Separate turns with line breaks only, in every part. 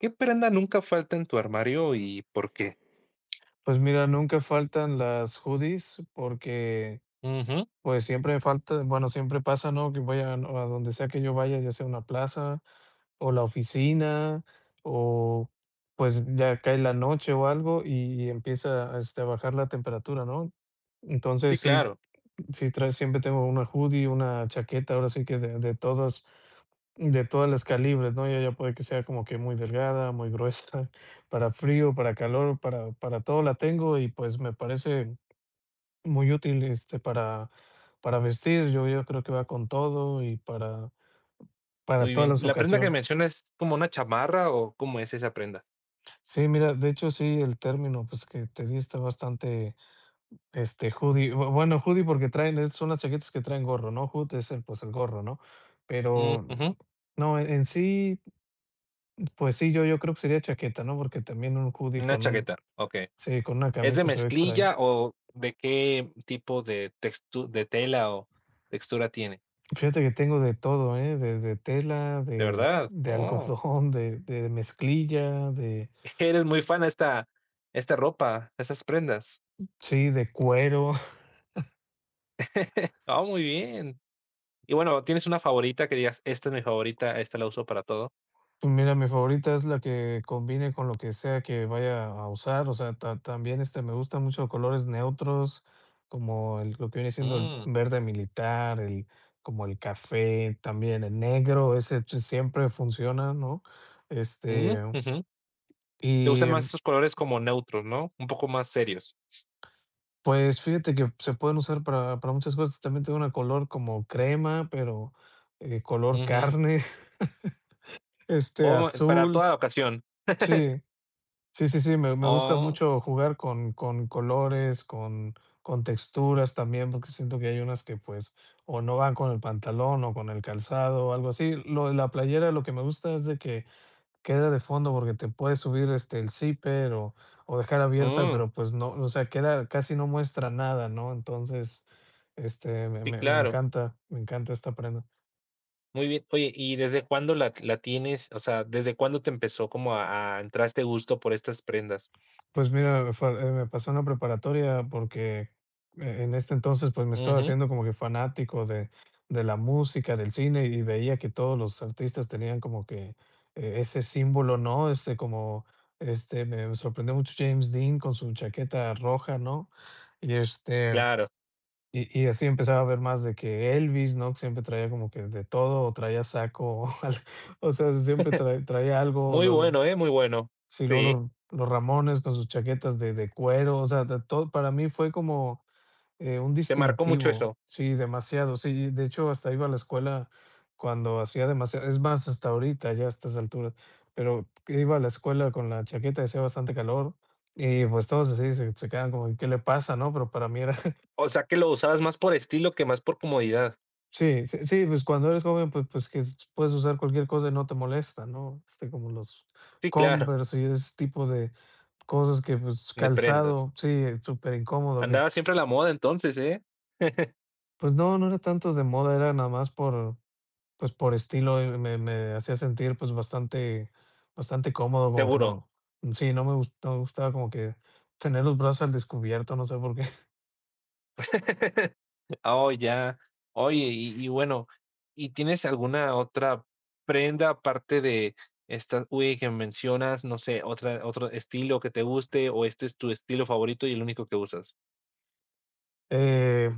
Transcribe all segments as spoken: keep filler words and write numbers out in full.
¿Qué prenda nunca falta en tu armario y por qué?
Pues mira, nunca faltan las hoodies porque,
Ujú,
pues, siempre falta bueno, siempre pasa, ¿no?, que voy a a donde sea que yo vaya, ya sea una plaza, o la oficina, o, pues, ya cae la noche o algo y empieza, este, a bajar la temperatura, ¿no?
sí,
Entonces sí,
claro,
sí, trae siempre tengo una hoodie, una chaqueta, ahora sí que de de todas de todas las calibres, ¿no? Ya ya puede que sea como que muy delgada, muy gruesa, para frío, para calor, para para todo la tengo y, pues, me parece muy útil, este, para para vestir. Yo yo creo que va con todo y para para
muy
todas
bien.
las
¿La prenda que
ocasiones.
mencionas es como una chamarra o cómo es esa prenda?
Sí, mira, de hecho, sí, el término, pues, que te di está bastante, este, hoodie. Bu bueno, hoodie porque traen es son las chaquetas que traen gorro, ¿no? Hood es el, pues, el gorro, ¿no?
Mm,
Pero
ujú,
no, en en sí. Pues sí, yo yo creo que sería chaqueta, ¿no? Porque también un hoodie
una
con un
chaqueta, okey.
sí, con una
¿Es de
camisa se ve extraño.
mezclilla o de qué tipo de textu de tela o textura tiene?
Fíjate que tengo de todo, ¿eh? de de tela,
¿De
de
verdad?
de
Oh,
algodón, de de mezclilla, de
eres muy fan a esta esta ropa, a estas prendas.
sí, de cuero.
Ah, muy bien. Y bueno, ¿tienes una favorita que digas: "Esta es mi favorita, esta la uso para todo"?
Pues mira, mi favorita es la que combine con lo que sea que vaya a usar, o sea, ta también, este, me gustan mucho colores neutros, como el lo que viene siendo el
Mm,
verde militar, el como el café, también el negro, ese ch- siempre funciona, ¿no?
mm,
Este
ujú. Te
Y,
gustan más esos colores como neutros, ¿no? Un poco más serios.
pues, fíjate que se pueden usar para para muchas cosas. También tengo una color como crema, pero, eh, color
Ujú.
carne, este,
Oh, para
azul.
toda ocasión.
Sí, sí, sí, sí, me me gusta
Oh,
mucho jugar con con colores, con con texturas también, porque siento que hay unas que, pues, o no van con el pantalón o con el calzado o algo así. Lo de la playera, lo que me gusta es de que queda de fondo porque te puedes subir, este, el zipper o o dejar abierta,
mm,
pero, pues, no, o sea, queda casi no muestra nada, ¿no? Entonces, este, me
sí,
me me
claro.
encanta, me encanta esta prenda.
Muy bien. Oye, ¿y desde cuándo la la tienes? O sea, ¿desde cuándo te empezó como a a entrar este gusto por estas prendas?
Pues mira, fue eh, me pasó en la preparatoria porque e en este entonces, pues, me estaba
Ujú,
haciendo como que fanático de de la música, del cine, y veía que todos los artistas tenían como que e ese símbolo, ¿no? Este, como, este, me sorprendió mucho James Dean con su chaqueta roja, ¿no? Y, este
claro.
Y y así empezaba a ver más de que Elvis, ¿no? Siempre traía como que de todo, o traía saco, o al o sea, siempre trae traía algo,
Muy
luego
bueno, ¿eh? Muy bueno.
sí, luego
Sí,
los los Ramones con sus chaquetas de de cuero, o sea, de todo, para mí fue como, eh, un
te marcó mucho
distintivo,
eso.
sí, demasiado, sí, de hecho, hasta iba a la escuela cuando hacía demasiado es más, hasta ahorita, ya a estas alturas, pero iba a la escuela con la chaqueta y hacía bastante calor, y pues todos así se se quedaban como: "¿Qué le pasa?", ¿no? Pero para mí era
O sea, que lo usabas más por estilo que más por comodidad.
sí, sí, sí, pues cuando eres joven, pues pues que s puedes usar cualquier cosa y no te molesta, ¿no? Este, como los
Sí, claro,
Converse y ese tipo de cosas que, pues,
de prendas.
calzado, sí, eh, súper incómodo. Que,
Andabas siempre a la moda entonces, ¿eh?
pues, no, no era tanto de moda, era nada más por, pues, por estilo, eh, me me hacía sentir, pues, bastante bastante cómodo, como que
Seguro.
no, sí, no me gus no me gustaba como que tener los brazos al descubierto, no sé por qué,
Oh, ya. Oye, y y bueno, ¿y tienes alguna otra prenda aparte de esta Uy, que mencionas? No sé, otra otro estilo que te guste, o este es tu estilo favorito y el único que usas.
eh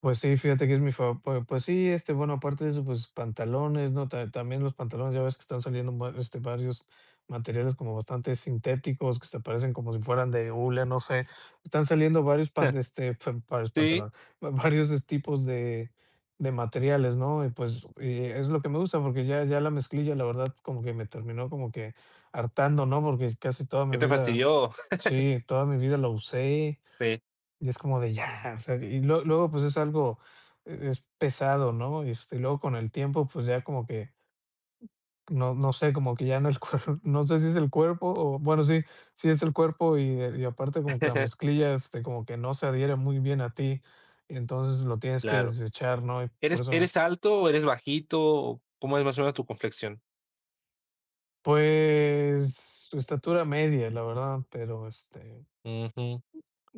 Pues sí, fíjate que es mi favor pues pues sí, este, bueno, aparte de eso, pues, pantalones, ¿no? Ta también los pantalones, ya ves que están saliendo va este, varios materiales como bastante sintéticos, que se parecen como si fueran de hule, no sé. Están saliendo varios pan este, fan varios
Sí,
pantalones, va varios es tipos de de materiales, ¿no? Y pues, y es lo que me gusta, porque ya ya la mezclilla, la verdad, como que me terminó como que hartando, ¿no? Porque casi toda
¿qué
mi
te
vida
fastidió?
sí, toda mi vida la usé.
Sí,
Y es como de ya, o sea, y lue luego, pues, es algo, e es pesado, ¿no? Este, y luego con el tiempo, pues, ya como que no no sé, como que ya no el cuerpo, no sé si es el cuerpo o bueno, sí, sí es el cuerpo y, eh, y aparte como que la mezclilla, este, como que no se adhiere muy bien a ti, y entonces lo tienes que
claro.
desechar, ¿no? Y por
¿Eres
eso,
eres alto o eres bajito? ¿O cómo es más o menos tu complexión?
pues, su estatura media, la verdad, pero, este,
Ujú.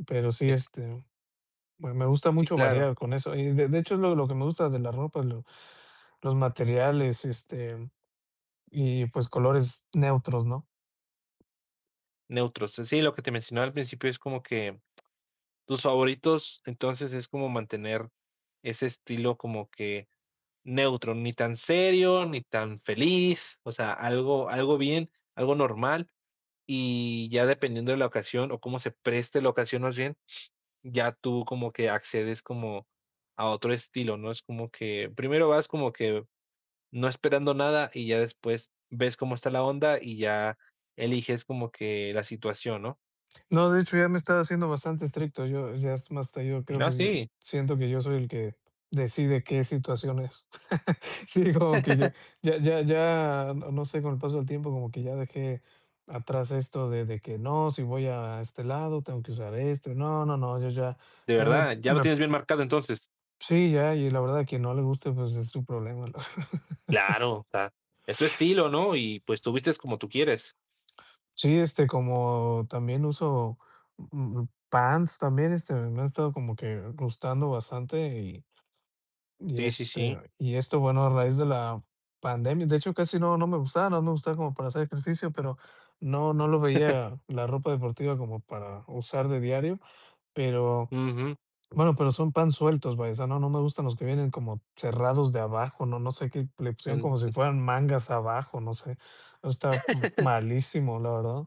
pero sí,
Es
este Me me gusta
sí,
mucho
claro,
variar con eso. Y de de hecho, es lo lo que me gusta de la ropa, lo los materiales, este, y, pues, colores neutros, ¿no?
neutros. Sí, lo que te mencionaba al principio es como que tus favoritos, entonces es como mantener ese estilo como que neutro, ni tan serio, ni tan feliz, o sea, algo algo bien, algo normal, y ya dependiendo de la ocasión, o cómo se preste la ocasión más bien, ya tú como que accedes como a otro estilo, ¿no? Es como que primero vas como que no esperando nada y ya después ves cómo está la onda y ya eliges como que la situación, ¿no?
No, de hecho, ya me estaba haciendo bastante estricto. Yo ya es más, hasta yo creo
No,
que yo
sí,
siento que yo soy el que decide qué situaciones. Sí, como que ya, ya, ya, ya, no no sé, con el paso del tiempo, como que ya dejé atrás esto de de que no, si voy a este lado, tengo que usar esto. No, no, no, yo ya
de
ya me
verdad, ya lo
me
tienes bien marcado entonces.
sí, ya, y la verdad, que no le guste, pues, es su problema.
Claro, o sea, es tu estilo, ¿no? Y pues tú vistes como tú quieres.
Sí, este, como también uso, mm, mm, pants también, este, me ha estado como que gustando bastante y y,
Sí, sí, sí.
este, y esto, bueno, a raíz de la pandemia, de hecho, casi no no me gustaba, no me gustaba como para hacer ejercicio, pero no no lo veía la ropa deportiva como para usar de diario, pero,
Ujú,
bueno, pero son pants sueltos, vaya, o sea, no no me gustan los que vienen como cerrados de abajo, no no sé qué le pusieron
en
como si fueran mangas abajo, no sé, está malísimo, la verdad.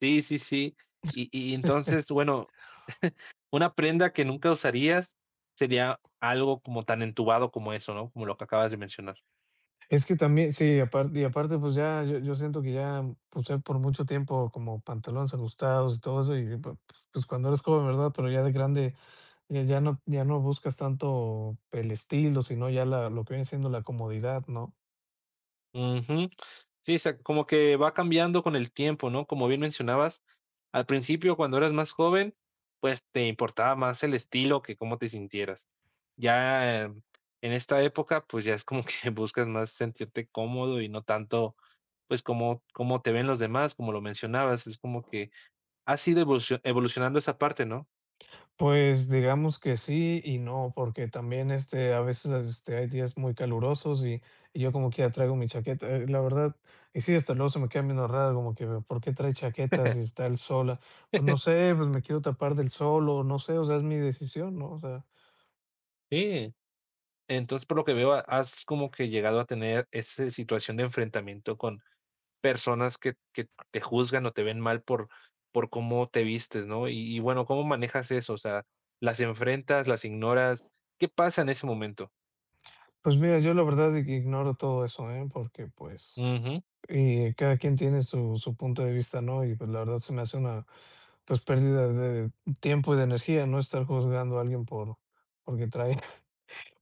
Sí, sí, sí. Y y entonces, bueno, una prenda que nunca usarías sería algo como tan entubado como eso, ¿no? Como lo que acabas de mencionar.
Es que también sí, aparte y aparte, pues, ya yo yo siento que ya usé por mucho tiempo como pantalones ajustados y todo eso, y pu pues, cuando eres joven, ¿verdad? Pero ya de grande, ya ya no ya no buscas tanto el estilo, sino ya la lo que viene siendo la comodidad, ¿no?
Ujú. Sí, sa como que va cambiando con el tiempo, ¿no? Como bien mencionabas, al principio, cuando eras más joven, pues, te importaba más el estilo que cómo te sintieras. Ya eh, en esta época, pues, ya es como que buscas más sentirte cómodo y no tanto, pues, como cómo te ven los demás, como lo mencionabas, es como que has ido evolucio evolucionando esa parte, ¿no?
Pues digamos que sí y no, porque también, este, a veces, este, hay días muy calurosos y y yo como que ya traigo mi chaqueta, eh, la verdad, y sí, hasta luego se me queda viendo raro, como que, ¿por qué trae chaquetas si está el sol? a- Pues no sé, pues me quiero tapar del sol o no sé, o sea, es mi decisión, ¿no? O sea,
Sí. Entonces, por lo que veo, ha- has como que llegado a tener esa situación de enfrentamiento con personas que que te juzgan o te ven mal por por cómo te vistes, ¿no? Y y bueno, ¿cómo manejas eso? O sea, ¿las enfrentas, las ignoras? ¿Qué pasa en ese momento?
pues mira, yo la verdad ig ignoro todo eso, ¿eh? Porque, pues,
Ujú,
y cada quien tiene su su punto de vista, ¿no? Y, pues, la verdad se me hace una, pues, pérdida de tiempo y de energía, ¿no? Estar juzgando a alguien por porque trae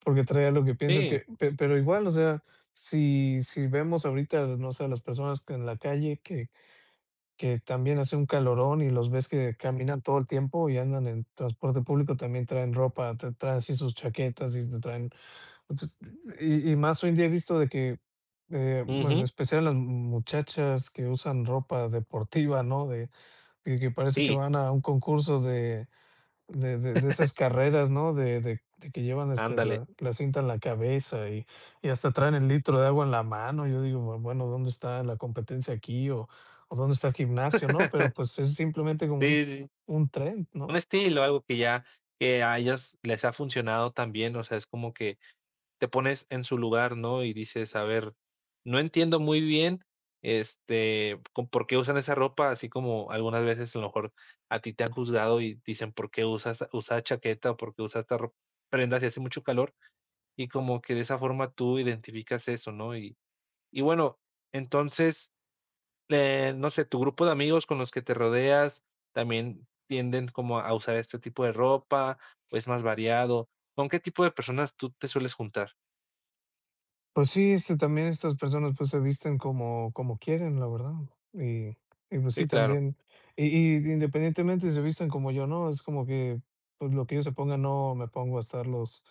Porque traía lo que piensas
sí,
que pe pero igual, o sea, si si vemos ahorita, no sé, a las personas que en la calle que que también hace un calorón y los ves que caminan todo el tiempo y andan en transporte público, también traen ropa, tra traen así sus chaquetas y te traen. Entonces, y y más hoy en día he visto de que, eh, bueno, en
ujú,
especial las muchachas que usan ropa deportiva, ¿no? De de que parece que
sí,
van a un concurso de de de de esas carreras, ¿no? De de de que llevan, este,
ándale.
la la cinta en la cabeza y y hasta traen el litro de agua en la mano. Yo digo, bue bueno, ¿dónde está la competencia aquí? O o, ¿dónde está el gimnasio, no? Pero, pues, es simplemente como un
Sí, sí,
un tren, ¿no?
un estilo, algo que ya que a ellas les ha funcionado también, o sea, es como que te pones en su lugar, ¿no? Y dices, a ver, no entiendo muy bien, este, con por qué usan esa ropa, así como algunas veces a lo mejor a ti te han juzgado y dicen por qué usas, usas chaqueta o por qué usas esta ro- prenda si hace mucho calor, y como que de esa forma tú identificas eso, ¿no? Y, y bueno, entonces, eh, no sé, tu grupo de amigos con los que te rodeas también tienden como a usar este tipo de ropa, o es más variado. ¿Con qué tipo de personas tú te sueles juntar?
Pues sí, este, también estas personas, pues, se visten como como quieren, la verdad. Y y, pues sí,
Sí, claro.
también. Y y independientemente si se visten como yo, ¿no? Es como que, pues, lo que ellos se pongan, no me pongo a estarlos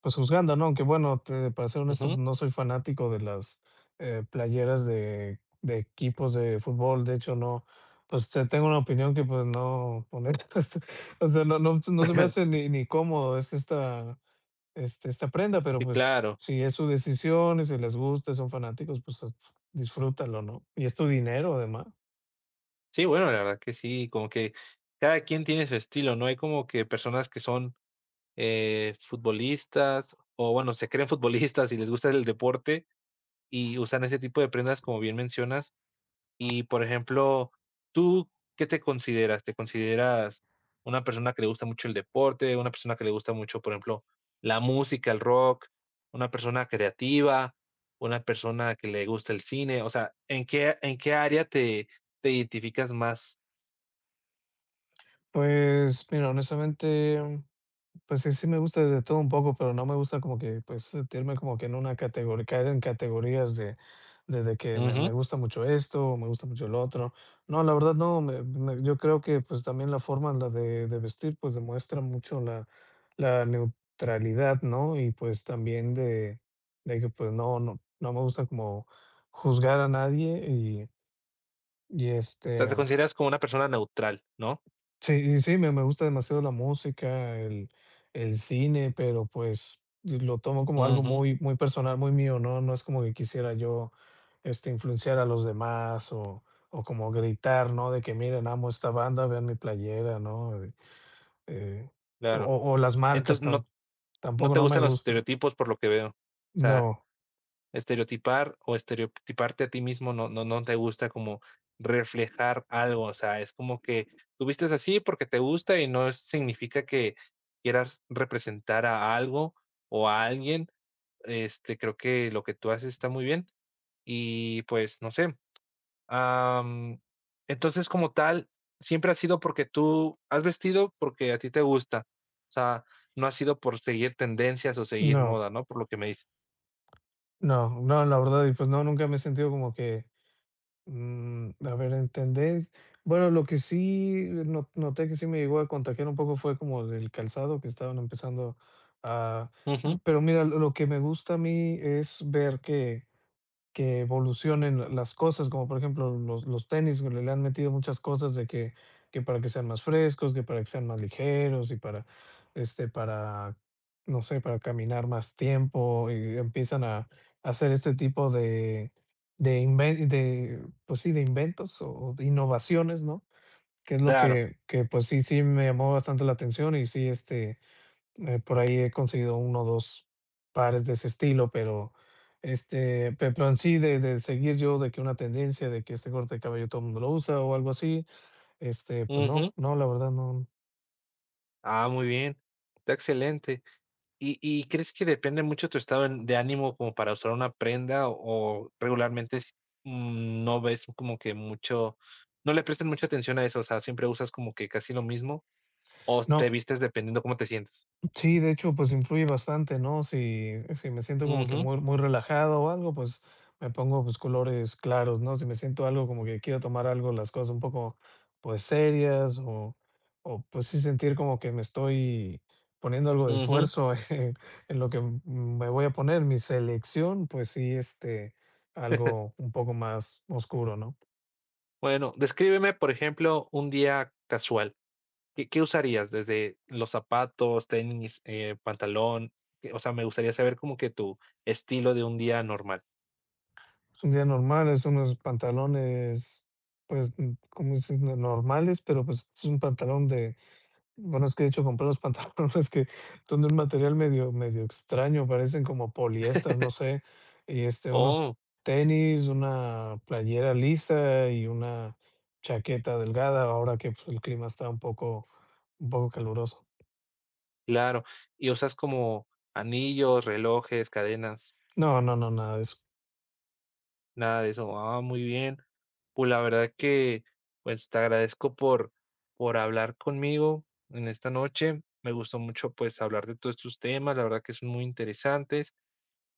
pues juzgando, ¿no? Aunque bueno, te para ser honesto,
Ujú.
no soy fanático de las, eh, playeras de de equipos de fútbol. De hecho, no, pues, te tengo una opinión que, pues, no poner pues, o sea, no no no se me hace ni ni cómodo es esta este, esta prenda, pero,
Sí,
pues,
claro.
si es su decisión y si les gusta, son fanáticos, pues, disfrútalo, ¿no? Y es tu dinero, además.
Sí, bueno, la verdad que sí, como que cada quien tiene su estilo, ¿no? Hay como que personas que son, eh, futbolistas, o bueno, se creen futbolistas y les gusta el deporte, y usan ese tipo de prendas, como bien mencionas. Y, por ejemplo, ¿tú qué te consideras? ¿Te consideras una persona que le gusta mucho el deporte, una persona que le gusta mucho, por ejemplo, la música, el rock, una persona creativa, una persona que le gusta el cine? O sea, ¿en qué en qué área te te identificas más?
Pues, mira, honestamente pues sí, sí me gusta de todo un poco, pero no me gusta como que, pues, sentirme como que en una categoría, caer en categorías de, desde que me,
Ujú.
me gusta mucho esto, o me gusta mucho lo otro. No, la verdad no, me- me- yo creo que pues también la forma en la de, de vestir pues demuestra mucho la, la neutralidad, ¿no? Y pues también de, de que pues no, no, no me gusta como juzgar a nadie y, y
Te te
este...
consideras como una persona neutral, ¿no?
Sí, y sí, me me gusta demasiado la música, el el cine, pero, pues, lo tomo como algo
Ujú,
muy muy personal, muy mío, ¿no? No es como que quisiera yo, este, influenciar a los demás o o como gritar, ¿no? De que: "Miren, amo esta banda, vean mi playera", ¿no? Eh, eh,
claro.
o o las marcas
Entonces,
tam
no no
tampoco
te
no me
gustan los
gustan.
estereotipos, por lo que veo. O sea
No,
Estereotipar o estereotiparte a ti mismo no no no te gusta como reflejar algo, o sea, es como que tú vistes así porque te gusta y no es- significa que quieras representar a algo o a alguien, este, creo que lo que tú haces está muy bien y, pues, no sé, am, entonces, como tal, siempre ha sido porque tú has vestido porque a ti te gusta, o sea, no ha sido por seguir tendencias o seguir
no,
moda, ¿no? Por lo que me dices.
no, no, la verdad, y pues no, nunca me he sentido como que mm, a ver, ¿entendés? Bueno, lo que sí eh, no- noté que sí me llegó a contagiar un poco fue como del calzado que estaban empezando a...
Ujú,
Pero mira, lo lo que me gusta a mí es ver que que evolucionen las cosas, como por ejemplo los los tenis, que le le han metido muchas cosas de que que para que sean más frescos, que para que sean más ligeros y para, este, para, no sé, para caminar más tiempo, y empiezan a hacer este tipo de de inven de, pues sí, de inventos o o de innovaciones, ¿no? Que es lo
claro.
que que, pues sí sí me llamó bastante la atención y sí, este, eh, por ahí he conseguido uno o dos pares de ese estilo, pero, este, pe pero en sí de de seguir yo de que una tendencia de que este corte de cabello todo el mundo lo usa o algo así, este, pues no, no, la verdad no,
Ah, muy bien. Está excelente. ¿Y y crees que depende mucho tu estado en de ánimo como para usar una prenda o o regularmente es, mm, no ves como que mucho no le prestas mucha atención a eso? O sea, ¿siempre usas como que casi lo mismo o te
no.
vistes dependiendo cómo te sientes?
Sí, de hecho, pues influye bastante, ¿no? Si, si me siento como que
Ujú,
muy, muy relajado o algo, pues me pongo pues colores claros, ¿no? Si me siento algo como que quiero tomar algo, las cosas un poco pues serias o, o pues sí sentir como que me estoy poniendo algo de
ujú.
esfuerzo en, en lo que m- me voy a poner, mi selección, pues sí, este, algo un poco más oscuro, ¿no?
Bueno, descríbeme, por ejemplo, un día casual. ¿Qué qué usarías? Desde los zapatos, tenis, eh, pantalón, eh, o sea, me gustaría saber como que tu estilo de un día normal.
Un día normal es unos pantalones, pues, como dices, normales, pero pues es un pantalón de bueno, es que de hecho compré unos pantalones que son de un material medio medio extraño, parecen como poliéster, no sé, y, este, unos
Oh.
tenis, una playera lisa y una chaqueta delgada, ahora que, pues, el clima está un poco un poco caluroso.
Claro. ¿Y usas como anillos, relojes, cadenas?
No, no, no, nada de eso.
Nada de eso. Ah, muy bien. Pues la verdad que, pues te agradezco por, por hablar conmigo en esta noche. Me gustó mucho pues hablar de todos estos temas. La verdad que son muy interesantes.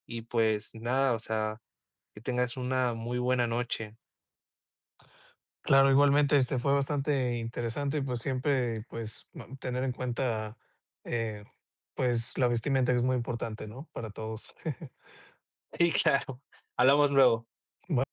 Y pues nada, o sea, que tengas una muy buena noche.
Claro, igualmente, este, fue bastante interesante y, pues, siempre, pues, ma tener en cuenta, eh, pues, la vestimenta que es muy importante, ¿no?, para todos.
Sí, claro. Hablamos luego.
Bue